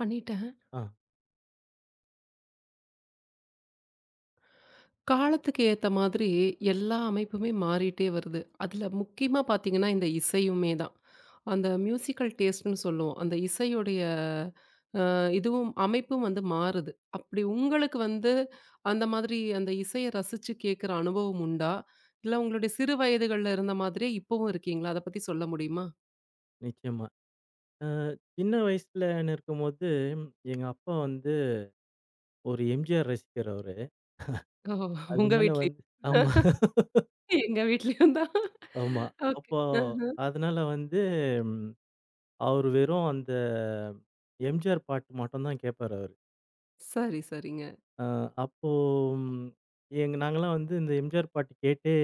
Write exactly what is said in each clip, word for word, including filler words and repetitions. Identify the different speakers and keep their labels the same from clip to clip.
Speaker 1: பண்ணிட்டேன்.
Speaker 2: ஆ,
Speaker 1: காலத்துக்கு ஏத்த மாதிரி எல்லா அமைப்புமே மாறிட்டே வருது. அதுல முக்கியமா பார்த்தீங்கன்னா, இந்த இசையுமே தான். அந்த மியூசிக்கல் டேஸ்ட்ன்னு சொல்லுவோம். அந்த இசையுடைய அ இதுவும் அமைப்பும் வந்து மாறுது. அப்படி உங்களுக்கு வந்து அந்த மாதிரி அந்த இசைய ரசிச்சு கேட்குற அனுபவம் உண்டா? இல்ல உங்களுடைய சிறு வயதுகள்ல இருந்த மாதிரியே இப்பவும் இருக்கீங்களா? அத பத்தி சொல்ல முடியுமா?
Speaker 2: நிச்சயமா. அ சின்ன வயசுல நான் இருக்கும்போது, எங்க அப்பா வந்து ஒரு எம்ஜிஆர் ரசிகர் அவரு.
Speaker 1: ஓ! உங்க
Speaker 2: அதனால
Speaker 1: வீட்லயும்
Speaker 2: வந்து ஆமா,
Speaker 1: எங்க வீட்லயும் தான்.
Speaker 2: ஆமா.
Speaker 1: ஓகே.
Speaker 2: அப்போ
Speaker 1: அ.
Speaker 2: அதனால வந்து ம் அவரு வெறும் அந்த எம்ஜிஆர் பாட்டு மட்டும் தான் கேட்பாரு அவரு.
Speaker 1: சரி, சரிங்க.
Speaker 2: அ அப்போ ம் எங்க நாங்கலாம் வந்து இந்த எம்ஜிஆர் பாட்டு கேட்டே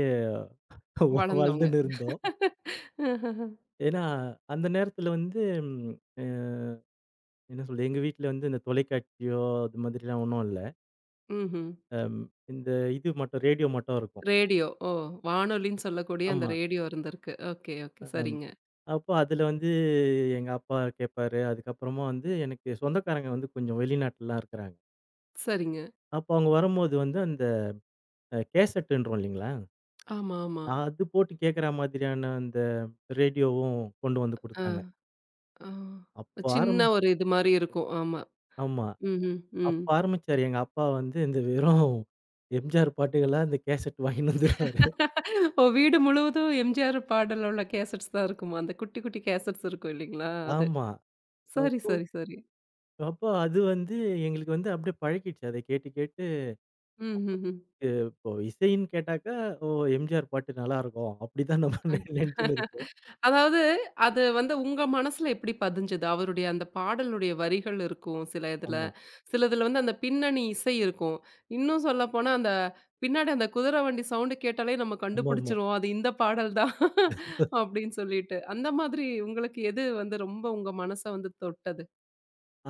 Speaker 1: வளர்ந்தவங்க.
Speaker 2: வாழ்ந்துன்னு இருந்தோம். ஏன்னா, அந்த நேரத்துல வந்து ம் அ என்ன சொல்றது, எங்க வீட்ல வந்து இந்த தொலைக்காட்சியோ அது மாதிரிலாம் ஒண்ணும் இல்ல.
Speaker 1: ம்ஹ்ம்.
Speaker 2: அம் இந்த இது மட்டும் ரேடியோ மட்டும் இருக்கும்.
Speaker 1: ரேடியோ. ஓ! வானொலின்னு சொல்லக்கூடிய அந்த
Speaker 2: ஆமா.
Speaker 1: ரேடியோ இருந்திருக்கு. Okay, okay.
Speaker 2: அ.
Speaker 1: சரிங்க,
Speaker 2: அப்போ அதில வந்து எங்க அப்பா கேட்பாரு. அதுக்கப்புறமா வந்து எனக்கு சொந்தக்காரங்க வந்து கொஞ்சம் வெளிநாட்டுலலாம் இருக்கிறாங்க.
Speaker 1: சரிங்க.
Speaker 2: அப்போ அவங்க வரும்போது வந்து அந்த அஹ், கேசட்டுன்றோம் இல்லைங்களா?
Speaker 1: ஆமா, ஆமா.
Speaker 2: அது போட்டு கேட்கிற மாதிரியான அந்த ரேடியோவும் கொண்டு வந்து
Speaker 1: ஆ,
Speaker 2: குடுத்தாங்க.
Speaker 1: ஆ.
Speaker 2: அப்போ
Speaker 1: சின்ன
Speaker 2: ஆரம்
Speaker 1: ஒரு இது மாரி இருக்கும். ஆமா.
Speaker 2: ஆமா.
Speaker 1: ம்ஹ்ம், ம்.
Speaker 2: அப்ப ஆரம்பிச்சாரு எங்க அப்பா வந்து இந்த வெறும் எம்ஜிஆர் பாட்டுகளா இந்த கேசெட் வாங்கின்னு வந்துருவாரு.
Speaker 1: ம். ஓ! வீடு முழுவதும் எம்ஜிஆர் பாடல் உள்ள கேசெட்ஸ் தான் இருக்குமா? அந்த குட்டி, குட்டி கேசெட்ஸ் இருக்கும் இல்லைங்களா? அது.
Speaker 2: ஆமா.
Speaker 1: சரி,
Speaker 2: அப்போ
Speaker 1: சரி, சரி.
Speaker 2: அப்போ அது வந்து எங்களுக்கு வந்து அப்படியே பழகிடுச்சு. அத கேட்டு கேட்டு
Speaker 1: ம், ம், ம்.
Speaker 2: எ இப்போ இசைன்னு கேட்டாக்கா, ஓ! எம்ஜிஆர் பாட்டு நல்லாருக்கும். அப்படிதான் நம்ம நெ நெனச்சுன்னு இருப்போம்.
Speaker 1: அதாவது, அது வந்து உங்க மனசுல எப்படி பதிஞ்சது? அவருடைய அந்த பாடலுடைய வரிகள் இருக்கும் சில இதுல.
Speaker 2: ஆமா.
Speaker 1: சில இதுல வந்து அந்த பின்னணி இசை இருக்கும். இன்னும் சொல்லப்போனா, அந்த பின்னாடி அந்த குதிரை வண்டி சவுண்ட் கேட்டாலே நம்ம
Speaker 2: ஆமாமா.
Speaker 1: கண்டுபிடிச்சுருவோம். அது இந்த பாடல் தான் அப்படின்னு சொல்லிட்டு. அந்த மாதிரி உங்களுக்கு எது வந்து ரொம்ப உங்க மனச வந்து தொட்டது?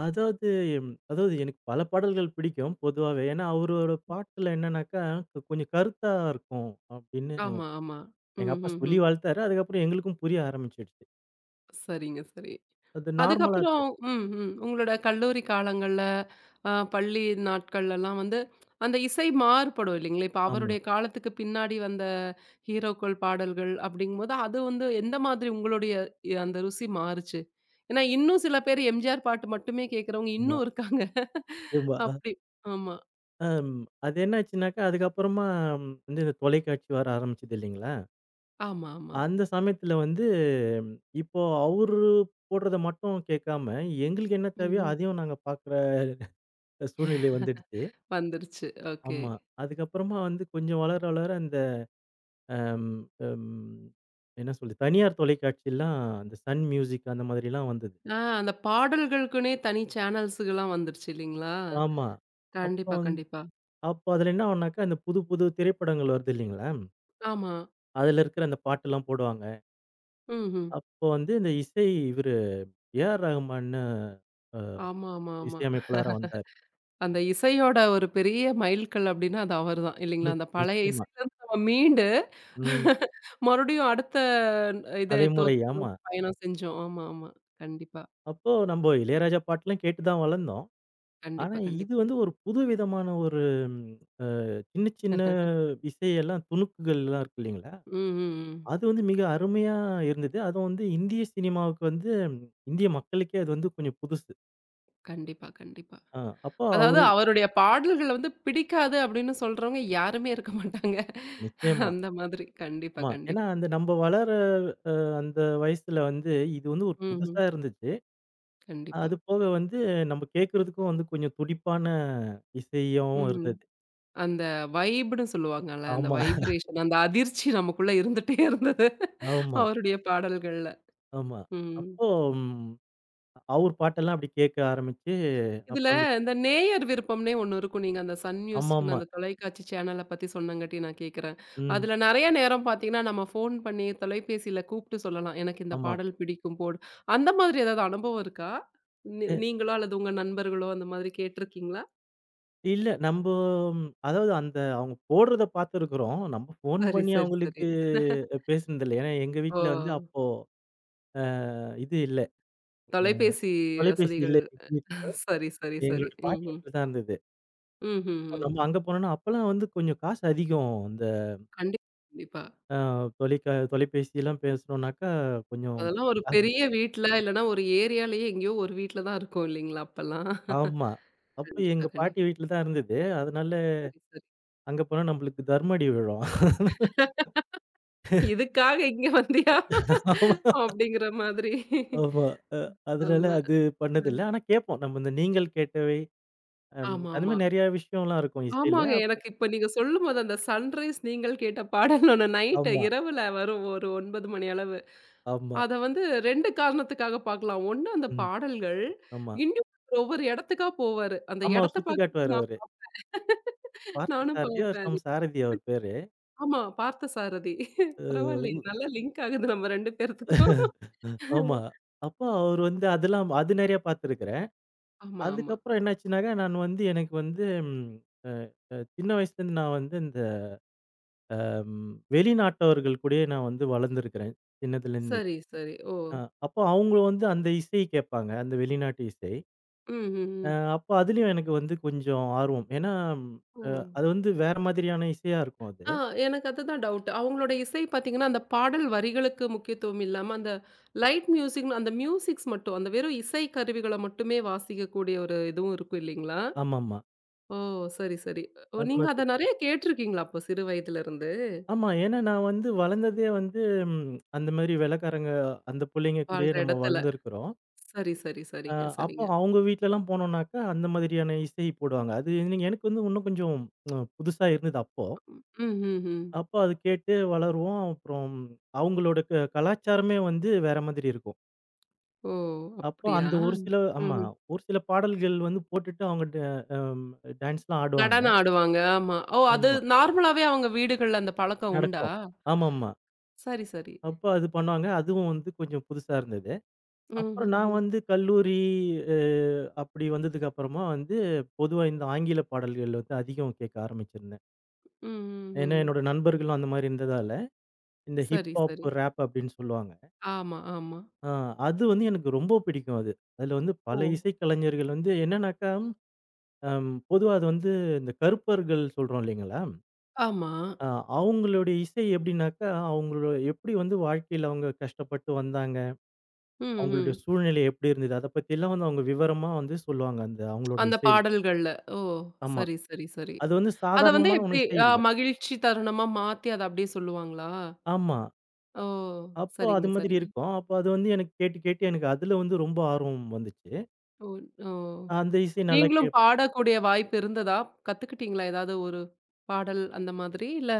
Speaker 2: அதாவது ம், அதாவது எனக்கு பல பாடல்கள் பிடிக்கும் பொதுவாவே. ஏன்னா, அவரோட பாட்டுல என்னன்னாக்கா, கொ- கொஞ்சம் கருத்தா இருக்கும் அப்படின்னு
Speaker 1: ஆமா, ஆமா.
Speaker 2: எங்க
Speaker 1: ம்,
Speaker 2: அப்பா
Speaker 1: ம்,
Speaker 2: சொல்லி
Speaker 1: ம்.
Speaker 2: வளர்த்தாரு. அதுக்கப்புறம் எங்களுக்கும் புரிய ஆரம்பிச்சுடுச்சு.
Speaker 1: சரிங்க, சரி.
Speaker 2: அது நார்மலா
Speaker 1: அதுக்கப்புறம்
Speaker 2: இருக்காது.
Speaker 1: ம், ம். உங்களோட கல்லூரி காலங்கள்ல, அ பள்ளி நாட்கள்லலாம் வந்து, அந்த இசை மாறுபடும் இல்லைங்களா? இப்ப
Speaker 2: ஆமா,
Speaker 1: அவருடைய காலத்துக்கு பின்னாடி வந்த ஹீரோக்கள் பாடல்கள் அப்படிங்கும்போது, அது வந்து எந்த மாதிரி உங்களுடைய எ அந்த ருசி மாறுச்சு? ஏன்னா இன்னும் சில பேர் எம்ஜிஆர் பாட்டு மட்டுமே கேட்கிறவங்க
Speaker 2: ஆமா,
Speaker 1: இன்னும் இருக்காங்க.
Speaker 2: ஆமா.
Speaker 1: அப்படி. ஆமா.
Speaker 2: அம் அது என்னாச்சுனாக்கா, அதுக்கப்புறமா ம், வந்து இந்த தொலைக்காட்சி வர ஆரம்பிச்சது இல்லைங்களா?
Speaker 1: ஆமா, ஆமா.
Speaker 2: அந்த சமயத்துல வந்து இப்போ அவரு போடுறத மட்டும் கேட்காம, எங்களுக்கு என்ன
Speaker 1: ம்,
Speaker 2: தேவையோ
Speaker 1: ம்.
Speaker 2: அதையும் நாங்க பார்க்குற சூழ்நிலை வந்துடுச்சு.
Speaker 1: வந்துருச்சு. ஓகே.
Speaker 2: ஆமா. அதுக்கப்புறமா வந்து கொஞ்சம் வளர வளர அந்த அம் அம் என்ன சொல்றது? தனியார் தொலைக்காட்சிலாம் அந்த சன் மியூசிக் அந்த மாதிரிலாம் வந்தது.
Speaker 1: ஆ அந்த பாடல்களுக்குன்னே தனி சேனல்ஸுகலாம் வந்துருச்சு இல்லைங்களா?
Speaker 2: ஆமா. அப்புறம்
Speaker 1: கண்டிப்பா,
Speaker 2: வந்
Speaker 1: கண்டிப்பா.
Speaker 2: அப்போ அதில என்ன ஆகும்னாக்கா, அந்த புது புது திரைப்படங்கள் வருது இல்லைங்களா?
Speaker 1: ஆமா.
Speaker 2: அதில இருக்கிற அந்த பாட்டெல்லாம் போடுவாங்க.
Speaker 1: ம்ஹ்ம்.
Speaker 2: அப்போ வந்து இந்த இசை இவரு ஏஆர் ரஹ்மான்னு அ
Speaker 1: ஆமா, ஆமா, ஆமா.
Speaker 2: இசையமைப்பாளரா வந்தாரு.
Speaker 1: அந்த இசையோட ஒரு பெரிய மைல்கல் அப்டின்னா அது அவர்தான் இல்லைங்களா?
Speaker 2: நிச்
Speaker 1: அந்த பழைய
Speaker 2: நிச்சயமா.
Speaker 1: இசையிலருந்து நம்ம மீண்டு
Speaker 2: ம்.
Speaker 1: மறுபடியும் அடுத்த இத
Speaker 2: தலைமுறை.
Speaker 1: தோக்கி
Speaker 2: ஆமா.
Speaker 1: நோக்கி பயணம் செஞ்சோம். ஆமா, ஆமா. கண்டிப்பா,
Speaker 2: அப்போ நம்ப இளையராஜா பாட்டுலாம் கேட்டு தான் வளர்ந்தோம். ஆனா,
Speaker 1: கண்டிப்பா,
Speaker 2: இது
Speaker 1: கண்டிப்பா.
Speaker 2: வந்து ஒரு புது விதமான ஒரு ம் சின்ன சின்ன இசையெல்லாம் துணுக்குகள்லாம் இருக்கு இல்லைங்களா?
Speaker 1: ம், ம், ம்.
Speaker 2: அது வந்து மிக அருமையா இருந்தது. அதுவும் வந்து இந்திய சினிமாவுக்கு வந்து ம், இந்திய மக்களுக்கே அது வந்து கொஞ்சம் புதுசு.
Speaker 1: கண்டிப்பா, கண்டிப்பா.
Speaker 2: ஆ அப்போ
Speaker 1: அதாவது
Speaker 2: அவரு
Speaker 1: அவருடைய பாடல்கள் வந்து பிடிக்காது அப்டின்னு சொல்றவங்க யாருமே இருக்க மாட்டாங்க.
Speaker 2: நிச்சயமா.
Speaker 1: அந்த மாதிரி. கண்டிப்பா,
Speaker 2: ஆமா. ஏன்னா,
Speaker 1: கண்டிப்பா.
Speaker 2: அந்த நம்ப வளர அந்த வயசுல வந்து இது வந்து ஒரு
Speaker 1: ம்ஹ்ம்.
Speaker 2: புதுசா இருந்துச்சு.
Speaker 1: கண்டிப்பா.
Speaker 2: அது போக வந்து நம்ப கேட்கறதுக்கும் வந்து கொஞ்சம் துடிப்பான இசையாவும்
Speaker 1: ம்.
Speaker 2: இருந்தது.
Speaker 1: அந்த வைப்ன்னு சொல்லுவாங்கல்ல. அந்த
Speaker 2: ஆமா,
Speaker 1: வைப்ரேஷன் அந்த அதிர்ச்சி நமக்குள்ள இருந்துட்டே இருந்தது.
Speaker 2: ஆமா,
Speaker 1: அவருடைய பாடல்கள்ல.
Speaker 2: ஆமா.
Speaker 1: ம்.
Speaker 2: அப்போ அவர் பாட்டெல்லாம் அப்படி கேட்க ஆரம்பிச்சு,
Speaker 1: இதுல
Speaker 2: அப்புறம் அந்த
Speaker 1: இந்த நேயர் விருப்பம்னே ஒண்ணு இருக்கும். நீங்க அந்த சன் மியூசிக்ன்னு
Speaker 2: ஆமாமா.
Speaker 1: அந்த தொலைக்காட்சி சேனல பத்தி சொன்னங்காட்டி நான் கேட்கிறேன்.
Speaker 2: ம்.
Speaker 1: அதுல நெறைய நேரம் பார்த்தீங்கன்னா, நம்ம ஃபோன் பண்ணி தொலைபேசியில கூப்ட்டு சொல்லலாம். எனக்கு இந்த
Speaker 2: ஆமா.
Speaker 1: பாடல் பிடிக்கும் போடு. அந்த மாதிரி ஏதாவது அனுபவம் இருக்கா? நீ
Speaker 2: அ
Speaker 1: நீங்களோ அல்லது உங்க நண்பர்களோ அந்த மாதிரி கேட்டுருக்கீங்களா?
Speaker 2: இல்ல நம்போ அதாவது அந்த அவங்க போடுறத பார்த்துருக்குறோம். நம்ம ஃபோன்
Speaker 1: சரி,
Speaker 2: பண்ணி
Speaker 1: சரி, சரி.
Speaker 2: அவங்களுக்கு பேசினதில்ல. ஏன்னா எங்க
Speaker 1: ஓ!
Speaker 2: வீட்ல வந்து அப்போ அ இது இல்ல. அ
Speaker 1: தொலைபேசி
Speaker 2: தொலைபேசி
Speaker 1: வசதிகள்.
Speaker 2: இல்ல. எங்க வீட்
Speaker 1: சரி, சரி, சரி.
Speaker 2: எங்களுடைய பாட்டி
Speaker 1: ம்.
Speaker 2: வீட்ல தான் இருந்தது. அப்போ
Speaker 1: ம்ஹ்ஹ்ம்.
Speaker 2: நம்ம அங்க போனோம்னா, அப்பலாம் வந்து கொஞ்சம் காசு அதிகம். இந்த
Speaker 1: கண்டிப்பா, கண்டிப்பா.
Speaker 2: அ தொலைக்கா தொலைபேசிலாம் பேசணும்னாக்கா கொஞ்சம்
Speaker 1: அதெல்லாம் ஒரு
Speaker 2: அ
Speaker 1: பெரிய வீட்ல, இல்லன்னா ஒரு ஏரியாலயே எங்கேயோ ஒரு வீட்ல தான் இருக்கும் இல்லைங்களா? அப்பல்லாம்.
Speaker 2: ஆமா. அப்ப
Speaker 1: கண்டிப்பா,
Speaker 2: எங்க
Speaker 1: கண்டிப்பா.
Speaker 2: பாட்டி வீட்ல தான் இருந்தது. அதனால
Speaker 1: சரி, சரி.
Speaker 2: அங்க போனா நம்மளுக்கு தர்ம அடி விழும்.
Speaker 1: இதுக்காக இங்க வந்தியா? அப்படிங்கிற மாதிரி.
Speaker 2: ஆமா. அ அதனால
Speaker 1: ஆமா.
Speaker 2: அது
Speaker 1: ம்.
Speaker 2: பண்ணதில்ல. ஆனா கேட்போம். நம்ம இந்த "நீங்கள் கேட்டவை" அம் அந்த
Speaker 1: ஆமாமா.
Speaker 2: மாரி நெறைய விஷயம்லாம் இருக்கும் இசையில.
Speaker 1: ஆமாங்க. எனக்கு இப்ப நீங்க சொல்லும்போது அந்த சன்ரைஸ் நீங்கள் கேட்ட பாடல் ஒண்ணு நைட்
Speaker 2: ஆமா,
Speaker 1: இரவுல வரும் ஒரு ஒன்பது மணி அளவு.
Speaker 2: ஆமா.
Speaker 1: அத வந்து ரெண்டு காரணத்துக்காக பார்க்கலாம். ஒண்ணு அந்த
Speaker 2: ம்.
Speaker 1: பாடல்கள்.
Speaker 2: ஆமா.
Speaker 1: இன்னும் ஒவ்வொரு இடத்துக்கா போவாரு. அந்த
Speaker 2: ஆமா. அவரு
Speaker 1: இடத்த
Speaker 2: சுத்தி
Speaker 1: பார்க்கறதுக்கு
Speaker 2: காட்டுவாரு அவரு. பார்த்த
Speaker 1: நானும்
Speaker 2: சாரதி, அவர்
Speaker 1: பார்ப்பேன் அது.
Speaker 2: சம் சாரதி அவர் பேரு.
Speaker 1: ஆமா, பார்த்தசாரதி.
Speaker 2: அ உ
Speaker 1: பரவாயில்லையே! நல்லா லிங்க் ஆகுது நம்ம ரெண்டு பேர்த்துக்கும்.
Speaker 2: ஆமா. அப்போ அவரு வந்து அதெல்லாம் அது நெறைய பார்த்துருக்கிறேன்.
Speaker 1: ஆமா, ஆமா.
Speaker 2: அதுக்கப்புறம் என்னாச்சுனாக்கா, நான் வந்து எனக்கு வந்து ம் அ அ சின்ன வயசுலேருந்து நான் வந்து இந்த ம் வெளிநாட்டவர்கள் கூடயே நான் வந்து வளர்ந்துருக்கிறேன். சின்னதுலேருந்து.
Speaker 1: சரி, சரி. ஓ!
Speaker 2: அ அப்போ அவுங்க வந்து அந்த இசை கேட்பாங்க. அந்த வெளிநாட்டு இசை.
Speaker 1: ம், ம்,
Speaker 2: அ
Speaker 1: ம்.
Speaker 2: அப்போ அதிலயும் எனக்கு வந்து கொஞ்சம் ஆர்வம். ஏன்னா,
Speaker 1: ஓ!
Speaker 2: அ அது வந்து வேற மாதிரியான இசையா இருக்கும் அது.
Speaker 1: ஆ எனக்கு அதுதான் டவுட். அவங்களோட இசை பார்த்தீங்கன்னா, அந்த பாடல் வரிகளுக்கு முக்கியத்துவம் இல்லாம, அந்த லைட் மியூசிக்ன்னு அந்த மியூசிக்ஸ் மட்டும், அந்த வெறும் இசை கருவிகள மட்டுமே வாசிக்கக்கூடிய ஒரு இதுவும் இருக்கும் இல்லைங்களா?
Speaker 2: ஆமாமா.
Speaker 1: ஓ! சரி, சரி. ஓ
Speaker 2: அது
Speaker 1: நீங்க அத
Speaker 2: மாதிரி.
Speaker 1: நெறைய கேட்டுருக்கீங்களா அப்போ சிறு வயதிலிருந்து?
Speaker 2: ஆமா. ஏன்னா நான் வந்து வளர்ந்ததே வந்து ம் அந்த மாரி வெள்ளைக்காரங்க அந்த புள்ளைங்க
Speaker 1: வாழ்ற
Speaker 2: கூடயே நம்ம
Speaker 1: இடத்துல.
Speaker 2: வளர்ந்துருக்கிறோம்.
Speaker 1: சரி, சரி,
Speaker 2: அ
Speaker 1: சரிங்க,
Speaker 2: அப்போ
Speaker 1: சரிங்க.
Speaker 2: அவங்க வீட்லலாம் போனோம்னாக்கா, அந்த மாதிரியான இசை போடுவாங்க. அது நீங்க எனக்கு வந்து இன்னும் கொஞ்சம் அ புதுசா இருந்தது அப்போ.
Speaker 1: ம், ம், ம்.
Speaker 2: அப்போ அது கேட்டு வளருவோம். அப்புறம் அவங்களோட க கலாச்சாரமே வந்து வேற மாதிரி இருக்கும்.
Speaker 1: ஓ!
Speaker 2: அப்போ
Speaker 1: அப்படியா?
Speaker 2: அந்த ஒரு சில ஆமா.
Speaker 1: ம்ஹ்ம்.
Speaker 2: ஒரு சில பாடல்கள் வந்து போட்டுட்டு அவங்க ட அம் டான்ஸ்லாம் ஆடுவாங்க.
Speaker 1: நடனம் ஆடுவாங்க. ஆமா. ஓ! அது
Speaker 2: ஆமா.
Speaker 1: நார்மலாவே அவங்க வீடுகள்ல அந்த பழக்கம் உண்டா?
Speaker 2: நடக்கும். ஆமாமா.
Speaker 1: சரி, சரி.
Speaker 2: அப்ப அது பண்ணுவாங்க. அதுவும் வந்து கொஞ்சம் புதுசா இருந்தது. அப்புறம் நான்
Speaker 1: ம்ஹ்ஹ்ம்.
Speaker 2: வந்து கல்லூரி அ அப்படி வந்ததுக்கு அப்புறமா வந்து பொதுவா இந்த ஆங்கில பாடல்கள் வந்து அதிகம் கேட்க ஆரம்பிச்சிருந்தேன்.
Speaker 1: ம்ஹ்ஹ்ம்.
Speaker 2: ஏன்னா என்னோட நண்பர்களும் அந்த மாரி இருந்ததால, இந்த ஹிப்
Speaker 1: சரி,
Speaker 2: ஹாப்,
Speaker 1: சரி.
Speaker 2: ராப் அப்படின்னு சொல்லுவாங்க.
Speaker 1: ஆமா, ஆமா.
Speaker 2: ஆ அது வந்து எனக்கு ரொம்ப பிடிக்கும் அது. அதுல வந்து
Speaker 1: ஓ!
Speaker 2: பல இசைக்கலைஞர்கள் வந்து என்னன்னாக்கா அம் பொதுவா அது வந்து இந்த கருப்பர்கள் சொல்றோம் இல்லைங்களா?
Speaker 1: ஆமா.
Speaker 2: அ அவங்களுடைய இசை எப்படின்னாக்கா, அவங்களோ எப்படி வந்து வாழ்க்கையில அவங்க கஷ்டப்பட்டு வந்தாங்க,
Speaker 1: ம்,
Speaker 2: அவங்களுடைய
Speaker 1: ம்.
Speaker 2: சூழ்நிலை எப்படி இருந்தது, அத பத்திலாம் வந்து அவங்க விவரமா வந்து சொல்லுவாங்க, அந்த அவங்களோட
Speaker 1: அந்த
Speaker 2: இசையில.
Speaker 1: பாடல்கள்ல. ஓ!
Speaker 2: ஆமா.
Speaker 1: சரி, சரி, சரி.
Speaker 2: அது வந்து
Speaker 1: அத வந்து
Speaker 2: சாதாரணமான
Speaker 1: எப்படி
Speaker 2: ஒண்ணும் இசை
Speaker 1: அ
Speaker 2: இல்ல.
Speaker 1: மகிழ்ச்சி தருணமா மாத்தி அத அப்படியே சொல்லுவாங்களா?
Speaker 2: ஆமா.
Speaker 1: ஓ!
Speaker 2: அப்போ
Speaker 1: சரிங்க,
Speaker 2: அது மாதிரி
Speaker 1: சரிங்க.
Speaker 2: இருக்கும். அப்போ அது வந்து எனக்கு கேட்டு, கேட்டு எனக்கு அதுல வந்து ரொம்ப ஆர்வம் வந்துச்சு.
Speaker 1: ஓ! ஓ!
Speaker 2: அந்த இசை நல்லா
Speaker 1: நீங்களும்
Speaker 2: கேட்பேன்.
Speaker 1: பாடக்கூடிய வாய்ப்பு இருந்ததா? கத்துக்கிட்டீங்களா ஏதாவது ஒரு பாடல் அந்த மாதிரி? இல்ல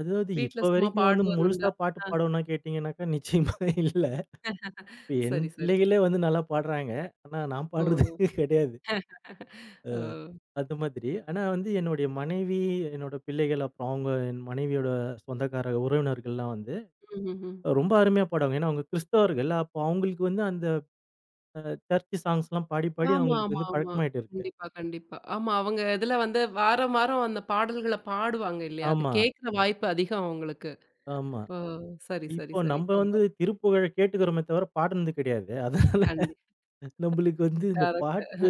Speaker 2: அதாவது
Speaker 1: வீட்ல
Speaker 2: இப்ப
Speaker 1: சும்மா
Speaker 2: வரைக்கும் வந்து முழுசா
Speaker 1: பாடுவதுண்டா?
Speaker 2: பாட்டு பாடணும்னா கேட்டீங்கன்னாக்கா, நிச்சயமா இல்ல. இப்ப என்
Speaker 1: சரி, சரி.
Speaker 2: பிள்ளைகளே வந்து நல்லா பாடுறாங்க. ஆனா நான் பாடுறது
Speaker 1: ஓ!
Speaker 2: கிடையாது.
Speaker 1: ஓ!
Speaker 2: அந்த மாதிரி. ஆனா வந்து என்னுடைய மனைவி, என்னோட பிள்ளைகள், அப்புறம் அவங்க என் மனைவியோட சொந்தக்கார உறவினர்கள்லாம் வந்து
Speaker 1: ம்ஹ்ஹ்ம்.
Speaker 2: ரொம்ப அருமையா பாடுவாங்க. ஏன்னா அவங்க கிறிஸ்தவர்கள். அப்போ அவங்களுக்கு வந்து அந்த அ சர்ச் சாங்ஸ்லாம் பாடி, பாடி
Speaker 1: ஆமா,
Speaker 2: அவங்களுக்கு
Speaker 1: ஆமா,
Speaker 2: வந்து
Speaker 1: ஆமா.
Speaker 2: பழக்கமாயிட்டு இருக்கு.
Speaker 1: கண்டிப்பா, கண்டிப்பா. ஆமா, அவங்க இதுல வந்து வாரம், வாரம் அந்த பாடல்கள பாடுவாங்க இல்லையா? அது
Speaker 2: ஆமா,
Speaker 1: கேட்கிற வாய்ப்பு அதிகம் அவங்களுக்கு.
Speaker 2: ஆமா.
Speaker 1: ஓ! சரி, சரி,
Speaker 2: இப்போ
Speaker 1: சரி.
Speaker 2: நம்ப வந்து
Speaker 1: பரவால்ல.
Speaker 2: திருப்புகழ கேட்டுக்கிறோமே தவிர பாடுனது கிடையாது. அதான்
Speaker 1: கண்டி
Speaker 2: நம்மளுக்கு வந்து இந்த
Speaker 1: கரெக்ட்.
Speaker 2: பாட்டு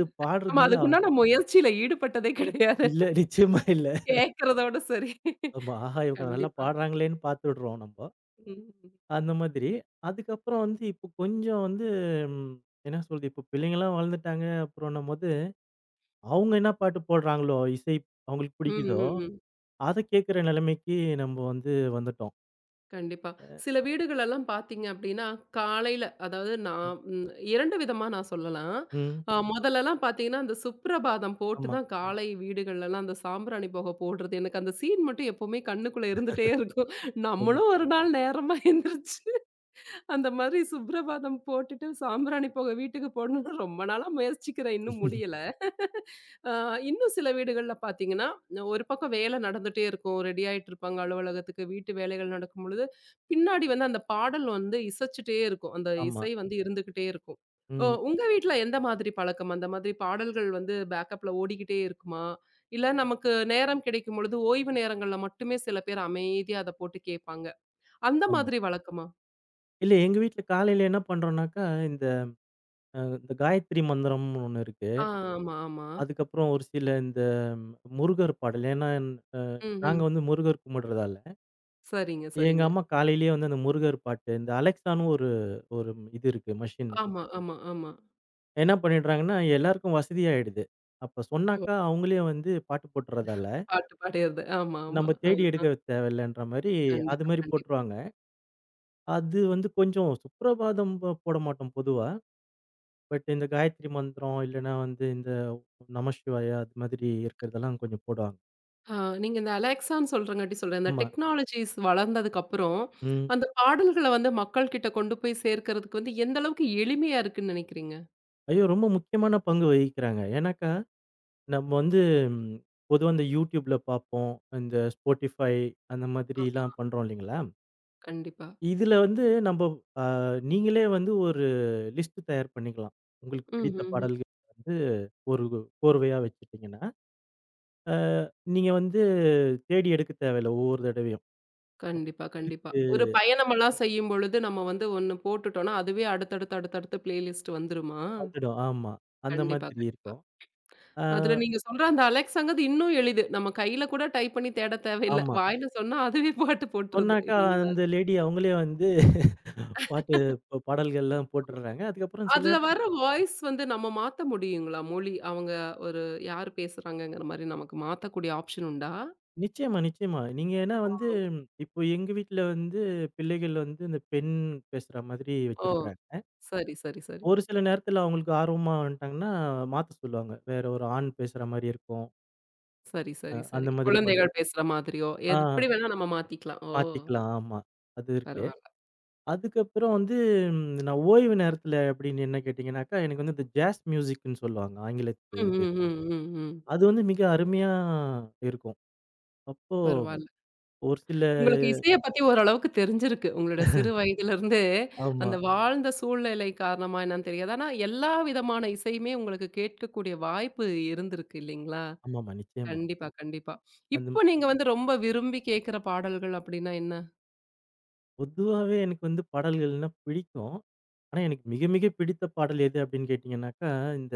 Speaker 1: ஆமா, அதுக்கு
Speaker 2: பாடுறதுலாம்
Speaker 1: உண்டான முயற்சியில ஈடுபட்டதே கிடையாது.
Speaker 2: இல்ல நிச்சயமா இல்ல.
Speaker 1: கேட்கிறதோட சரி.
Speaker 2: ஆமா. ஆஹா! இவங்க நல்லா
Speaker 1: கண்டிப்பா.
Speaker 2: பாடுறாங்களேன்னு பார்த்து விடுறோம் நம்ப.
Speaker 1: ம்.
Speaker 2: அந்த மாதிரி. அதுக்கப்புறம் வந்து இப்போ கொஞ்சம் வந்து ம் என்ன சொல்றது, இப்போ பிள்ளைங்கலாம் வளர்ந்துட்டாங்க அப்புறம்ன்னும்போது, அவங்க என்ன பாட்டு போடுறாங்களோ, இசை அவங்களுக்கு
Speaker 1: ம்,
Speaker 2: பிடிக்குதோ,
Speaker 1: ம், ம்.
Speaker 2: அத கேட்கிற நிலைமைக்கு நம்ம வந்து வந்துட்டோம்.
Speaker 1: கண்டிப்பா. சில வீடுகளெல்லாம் பார்த்தீங்க அப்டின்னா, காலையில அதாவது நான்
Speaker 2: ம்.
Speaker 1: ம் இரண்டு விதமா நான் சொல்லலாம்.
Speaker 2: ம்.
Speaker 1: அ மொதல்லலாம் பார்த்தீங்கன்னா, அந்த சுப்ரபாதம் போட்டு
Speaker 2: ஆமா.
Speaker 1: தான் காலை வீடுகள்லலாம் அந்த சாம்பிராணி புகை போடுறது. எனக்கு அந்த சீன் மட்டும் எப்பவுமே கண்ணுக்குள்ள இருந்துட்டே இருக்கும்.
Speaker 2: ஆமா.
Speaker 1: நம்மளும் ஒரு நாள் நேரமா எந்திரிச்சு அந்த மாதிரி சுப்ரபாதம் போட்டுட்டு சாம்பிராணி புகை வீட்டுக்கு போடணும்னு ரொம்ப நாளா முயற்சிக்கிறேன். இன்னும் முடியல. அ இன்னும் சில வீடுகள்ல பார்த்தீங்கன்னா, ஒரு பக்கம் வேலை நடந்துட்டே இருக்கும். ரெடி ஆயிட்டு இருப்பாங்க அலுவலகத்துக்கு. வீட்டு வேலைகள் நடக்கும் பொழுது, பின்னாடி வந்து அந்த பாடல் வந்து இசைச்சுட்டே இருக்கும். அந்த
Speaker 2: ஆமா.
Speaker 1: இசை வந்து இருந்துகிட்டே இருக்கும். ஓ
Speaker 2: ம்.
Speaker 1: உங்க வீட்ல எந்த மாதிரி பழக்கம்? அந்த மாதிரி பாடல்கள் வந்து பேக்கப்ல ஓடிக்கிட்டே இருக்குமா? இல்ல நமக்கு நேரம் கிடைக்கும் பொழுது ஓய்வு நேரங்கள்ல மட்டுமே சில பேர் அமைதியா அத போட்டு கேட்பாங்க. அந்த
Speaker 2: ஆமா.
Speaker 1: மாதிரி வழக்கமா?
Speaker 2: இல்ல எங்க வீட்ல காலையில என்ன பண்றோம்னாக்கா, இந்த அ இந்த காயத்ரி மந்திரம்னு ஒண்ணு இருக்கு.
Speaker 1: ஆ, ஆமா, ஆமா.
Speaker 2: அதுக்கப்புறம் ஒரு சில இந்த ம், முருகர் பாடல். ஏன்னா, அ
Speaker 1: ம்,
Speaker 2: நாங்க
Speaker 1: ம்.
Speaker 2: வந்து முருகர் கும்பிடுறதால
Speaker 1: சரிங்க,
Speaker 2: எங்க
Speaker 1: சரிங்க.
Speaker 2: அம்மா காலையிலேயே வந்து அந்த முருகர் பாட்டு, இந்த அலெக்ஸான்னு ஒரு ஒரு இது இருக்கு மெஷின்.
Speaker 1: ஆமா, ஆமா, ஆமா.
Speaker 2: என்ன பண்ணிடுறாங்கன்னா, எல்லாருக்கும் வசதியாயிடுது. அப்ப
Speaker 1: ஓ!
Speaker 2: சொன்னாக்கா, அவங்களே வந்து பாட்டு போட்டுறதால,
Speaker 1: பாட்டு பாடியது. ஆமா, ஆமா.
Speaker 2: நம்ம
Speaker 1: அ
Speaker 2: தேடி எடுக்க தேவையில்லன்ற மாரி, அது
Speaker 1: கண்டிப்பா,
Speaker 2: மாரி
Speaker 1: கண்டிப்பா.
Speaker 2: போட்டுருவாங்க. அது வந்து கொஞ்சம் சுப்ரபாதம் ப போட மாட்டோம் பொதுவா. பட் இந்த காயத்ரி மந்திரம் இல்லன்னா வந்து இந்த நமசிவாயா அது மாதிரி இருக்கிறதெல்லாம் கொஞ்சம் போடுவாங்க.
Speaker 1: ஆ நீங்க இந்த அலெக்ஸான்னு சொல்றங்காட்டி சொல்றேன். இந்த
Speaker 2: ஆமா.
Speaker 1: டெக்னாலஜிஸ் வளர்ந்ததுக்கு அப்புறம்,
Speaker 2: ம்.
Speaker 1: அந்த பாடல்கள வந்து மக்கள் கிட்ட கொண்டு போய் சேர்க்கறதுக்கு வந்து எந்த அளவுக்கு எளிமையா இருக்குன்னு நினைக்கிறீங்க?
Speaker 2: ஐயோ! ரொம்ப முக்கியமான பங்கு வகிக்கிறாங்க. ஏன்னாக்கா நம்ம வந்து ம், பொதுவா இந்த YouTubeல பார்ப்போம். இந்த Spotify அந்த
Speaker 1: ஆ,
Speaker 2: மாதிரிலாம் பண்றோம் இல்லைங்களா?
Speaker 1: கண்டிப்பா.
Speaker 2: இதுல வந்து நம்ப அ நீங்களே வந்து ஒரு லிஸ்ட் தயார் பண்ணிக்கலாம். உங்களுக்கு
Speaker 1: ம்,
Speaker 2: பிடித்த
Speaker 1: ம், ம்.
Speaker 2: பாடல்கள் வந்து ஒரு கோர்வையா வச்சுட்டீங்கன்னா, அ நீங்க வந்து தேடி எடுக்க தேவையில்ல ஒவ்வொரு தடவையும்.
Speaker 1: கண்டிப்பா, கண்டிப்பா.
Speaker 2: உங்களுக்கு
Speaker 1: ஒரு பயணமெல்லாம் செய்யும்பொழுது நம்ம வந்து ஒண்ணு போட்டுட்டோம்னா, அதுவே அடுத்தடுத்து, அடுத்தடுத்து பிளேலிஸ்ட் வந்துருமா?
Speaker 2: வந்துடும். ஆமா. அந்த
Speaker 1: கண்டிப்பா,
Speaker 2: மாதிரி
Speaker 1: கண்டிப்பா.
Speaker 2: இருக்கும். அ
Speaker 1: அதுல நீங்க சொல்ற அந்த அலெக்ஸாங்கிறது இன்னும் எளிது. நம்ம கையில கூட டைப் பண்ணி தேட தேவையில்ல.
Speaker 2: ஆமா.
Speaker 1: வாயில சொன்னா அதுவே பாட்டு போட்டுருது
Speaker 2: சொன்னாக்கா
Speaker 1: இல்லீங்களா?
Speaker 2: அந்த லேடி அவங்களே வந்து பாட்டு பாடல்கள்லாம் போட்டுடுறாங்க. அதுக்கப்புறம் சில
Speaker 1: அதுல
Speaker 2: நேரத்துல
Speaker 1: வர வாய்ஸ் வந்து நம்ம மாத்த முடியுங்களா? மொழி அவங்க ஒரு யார் பேசுறாங்கங்கிற மாரி நமக்கு மாத்தக்கூடிய ஆப்ஷன் உண்டா?
Speaker 2: நிச்சயமா, நிச்சயமா. நீங்க ஏன்னா
Speaker 1: ஓ!
Speaker 2: வந்து இப்போ எங்க வீட்ல வந்து பிள்ளைகள் வந்து இந்த பெண் பேசுற மாதிரி
Speaker 1: ஓ!
Speaker 2: வச்சிருக்கிறாங்க.
Speaker 1: சரி, சரி, சரி.
Speaker 2: ஒரு சில நேரத்துல அவங்களுக்கு ஆர்வமா வந்துட்டாங்கன்னா, மாத்த சொல்லுவாங்க. வேற ஒரு ஆண் பேசுற மாரி இருக்கும்.
Speaker 1: சரி,
Speaker 2: அ
Speaker 1: சரி, சரி.
Speaker 2: அந்த மாதிரி பண்
Speaker 1: குழந்தைகள் பேசுற மாதிரியோ,
Speaker 2: ஆ
Speaker 1: எது எப்படி வேணா நம்ம மாத்திக்கலாம். ஓ!
Speaker 2: மாத்திக்கலாம். ஆமா. அது இருக்கு.
Speaker 1: பரவால்ல.
Speaker 2: அதுக்கப்புறம் வந்து ம், நான் ஓய்வு நேரத்துல அப்படின்னு என்ன கேட்டீங்கன்னாக்கா, எனக்கு வந்து இந்த ஜாஸ் மியூசிக்ன்னு சொல்லுவாங்க. ஆங்கிலத்து
Speaker 1: ம்,
Speaker 2: இது.
Speaker 1: ம், ம், ம், ம்.
Speaker 2: அது வந்து மிக அருமையா இருக்கும். அப்போ
Speaker 1: பரவால்ல.
Speaker 2: ஒரு சில
Speaker 1: உங்களுக்கு இசைய பத்தி ஓரளவுக்கு தெரிஞ்சிருக்கு. உங்களோட சிறு வயதிலிருந்து
Speaker 2: ஆமா.
Speaker 1: அந்த வாழ்ந்த சூழ்நிலை காரணமா என்னன்னு தெரியாது. ஆனா எல்லா விதமான இசையுமே உங்களுக்கு கேட்கக்கூடிய வாய்ப்பு இருந்திருக்கு இல்லைங்களா?
Speaker 2: ஆமாமா. நிச்சயமா.
Speaker 1: கண்டிப்பா, கண்டிப்பா.
Speaker 2: அந்த
Speaker 1: இப்போ நீங்க வந்து ரொம்ப விரும்பி கேட்கிற பாடல்கள் அப்படின்னா என்ன?
Speaker 2: பொதுவாவே எனக்கு வந்து பாடல்கள்னா பிடிக்கும். ஆனா, எனக்கு மிக மிக பிடித்த பாடல் எது அப்படின்னு கேட்டீங்கன்னாக்கா, இந்த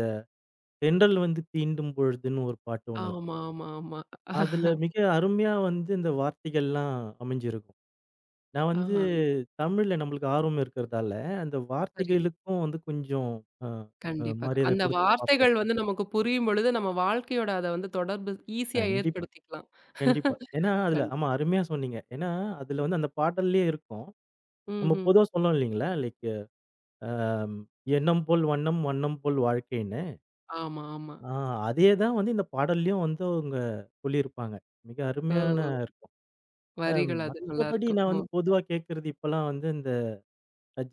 Speaker 2: தென்றல் வந்து தீண்டும் பொழுதுன்னு ஒரு பாட்டு ஒண்ணு இருக்கும்.
Speaker 1: ஆமா, ஆமா, ஆமா.
Speaker 2: அதுல மிக அருமையா வந்து இந்த வார்த்தைகள்லாம் அமைஞ்சிருக்கும். நான் வந்து
Speaker 1: ஆஹா,
Speaker 2: தமிழ்ல நம்மளுக்கு ஆர்வம் இருக்கிறதால, அந்த
Speaker 1: சரி.
Speaker 2: வார்த்தைகளுக்கும் வந்து கொஞ்சம் அ அ
Speaker 1: கண்டிப்பா.
Speaker 2: மரியாதை
Speaker 1: அந்த
Speaker 2: குடுத்து பார்ப்பேன்.
Speaker 1: வார்த்தைகள் வந்து நமக்கு புரியும் பொழுது நம்ம வாழ்க்கையோட அத வந்து தொடர்பு ஈஸியா
Speaker 2: கண்டிப்பா,
Speaker 1: ஏற்படுத்திக்கலாம்.
Speaker 2: கண்டிப்பா. ஏன்னா அதுல
Speaker 1: கண்
Speaker 2: ஆமா அருமையா சொன்னீங்க. ஏன்னா அதுல வந்து அந்த பாடல்லயே இருக்கும். நம்ம
Speaker 1: ம்ஹ்ம்.
Speaker 2: பொதுவா சொல்லுவோம் இல்லைங்களா? லைக் அ "எண்ணம் போல் வண்ணம், வண்ணம் போல் வாழ்க்கை".
Speaker 1: ஆமா, ஆமா.
Speaker 2: ஆ அதே தான் வந்து இந்த பாடல்லயும் வந்து அவங்க சொல்லியிருப்பாங்க. மிக அருமையான
Speaker 1: ஓ!
Speaker 2: இருக்கும். அ
Speaker 1: வரிகள் அது
Speaker 2: மத்தபடி
Speaker 1: நல்லாருக்கும்.
Speaker 2: நான்
Speaker 1: ஓ!
Speaker 2: வந்து பொதுவா கேட்கறது இப்பலாம் வந்து இந்த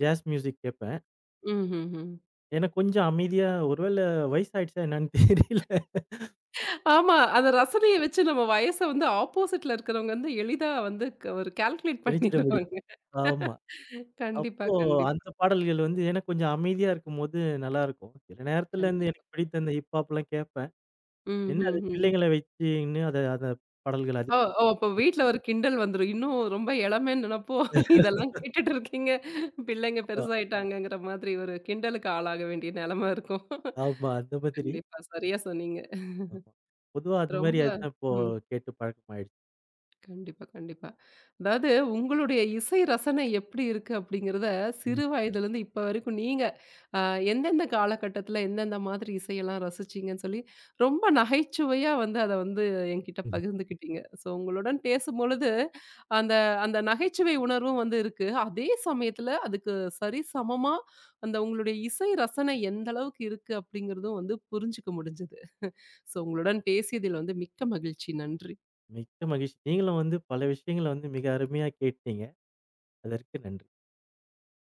Speaker 2: ஜாஸ் மியூசிக் கேட்பேன்.
Speaker 1: ம்ஹ்ஹ்ம்.
Speaker 2: ஏன்னா கொஞ்சம் அமைதியா ஒருவேள வயசாயிடுச்சா என்னன்னு தெரியல.
Speaker 1: ஆமா. அந்த ரசனைய வச்சு நம்ம வயச வந்து ஆப்போசிட்ல இருக்கிறவங்க வந்து எளிதா வந்து க ஒரு கால்குலேட்
Speaker 2: இணைச்சிட முடியும்.
Speaker 1: பண்ணிருவாங்க.
Speaker 2: ஆமா.
Speaker 1: கண்டிப்பா,
Speaker 2: அப்போ
Speaker 1: கண்டிப்பா,
Speaker 2: அந்த பாடல்கள் வந்து ஏன்னா கொஞ்சம் அமைதியா இருக்கும்போது நல்லாருக்கும். சில நேரத்துல இந்த
Speaker 1: கண்டிப்பா.
Speaker 2: எனக்கு பிடித்த இந்த ஹிப் ஹாப்லாம் கேட்பேன். என்ன அது
Speaker 1: ம்ஹ்ஹ்ம்.
Speaker 2: பிள்ளைங்கள வச்சுன்னு அத அத பாடல்கள்
Speaker 1: ஓ!
Speaker 2: அதிகம்
Speaker 1: ஓ! அப்போ வீட்ல ஒரு கிண்டல் வந்துரும். இன்னும் ரொம்ப இளமைன்னு நெனப்போ,
Speaker 2: கேட்டு
Speaker 1: இதெல்லாம் கேட்டுட்டு இருக்கீங்க. பிள்ளைங்க
Speaker 2: ஆமா,
Speaker 1: பெருசாயிட்டாங்கங்கிற மாதிரி ஒரு கிண்டலுக்கு ஆளாக வேண்டிய நெலம இருக்கும்.
Speaker 2: ஆமா அந்த மாதிரி.
Speaker 1: கண்டிப்பா. சரியா சொன்னீங்க.
Speaker 2: ஆமா. பொதுவா அது
Speaker 1: ரொம்ப
Speaker 2: மாரி அதுதான் இப்போ
Speaker 1: ம்.
Speaker 2: கேட்டு பழக்கமாயிடுச்சு.
Speaker 1: கண்டிப்பா, கண்டிப்பா. அதாவது உங்களுடைய இசை ரசனை எப்படி இருக்கு அப்படிங்கிறத
Speaker 2: ம்.
Speaker 1: சிறு வயதிலேருந்து இப்ப வரைக்கும் நீங்க அ எந்தெந்த காலகட்டத்தில எந்தெந்த மாதிரி இசையெல்லாம் ரசிச்சீங்கன்னு சொல்லி ரொம்ப நகைச்சுவையா வந்து அத வந்து என்கிட்ட
Speaker 2: ம்.
Speaker 1: பகிர்ந்துக்கிட்டீங்க. ஸோ உங்களுடன் பேசும்பொழுது அந்த அந்த நகைச்சுவை உணர்வும் வந்து இருக்கு. அதே சமயத்தில அதுக்கு சரிசமமா அந்த உங்களுடைய இசை ரசனை எந்த அளவுக்கு இருக்கு அப்படிங்கிறதும் வந்து புரிஞ்சுக்க முடிஞ்சது. ஸோ உங்களுடன் பேசியதில் வந்து மிக்க மகிழ்ச்சி. நன்றி.
Speaker 2: மிக்க மகிழ்ச்சி. நீங்களும் வந்து பல விஷயங்கள வந்து மிக அருமையா கேட்டீங்க. அதற்கு நன்றி.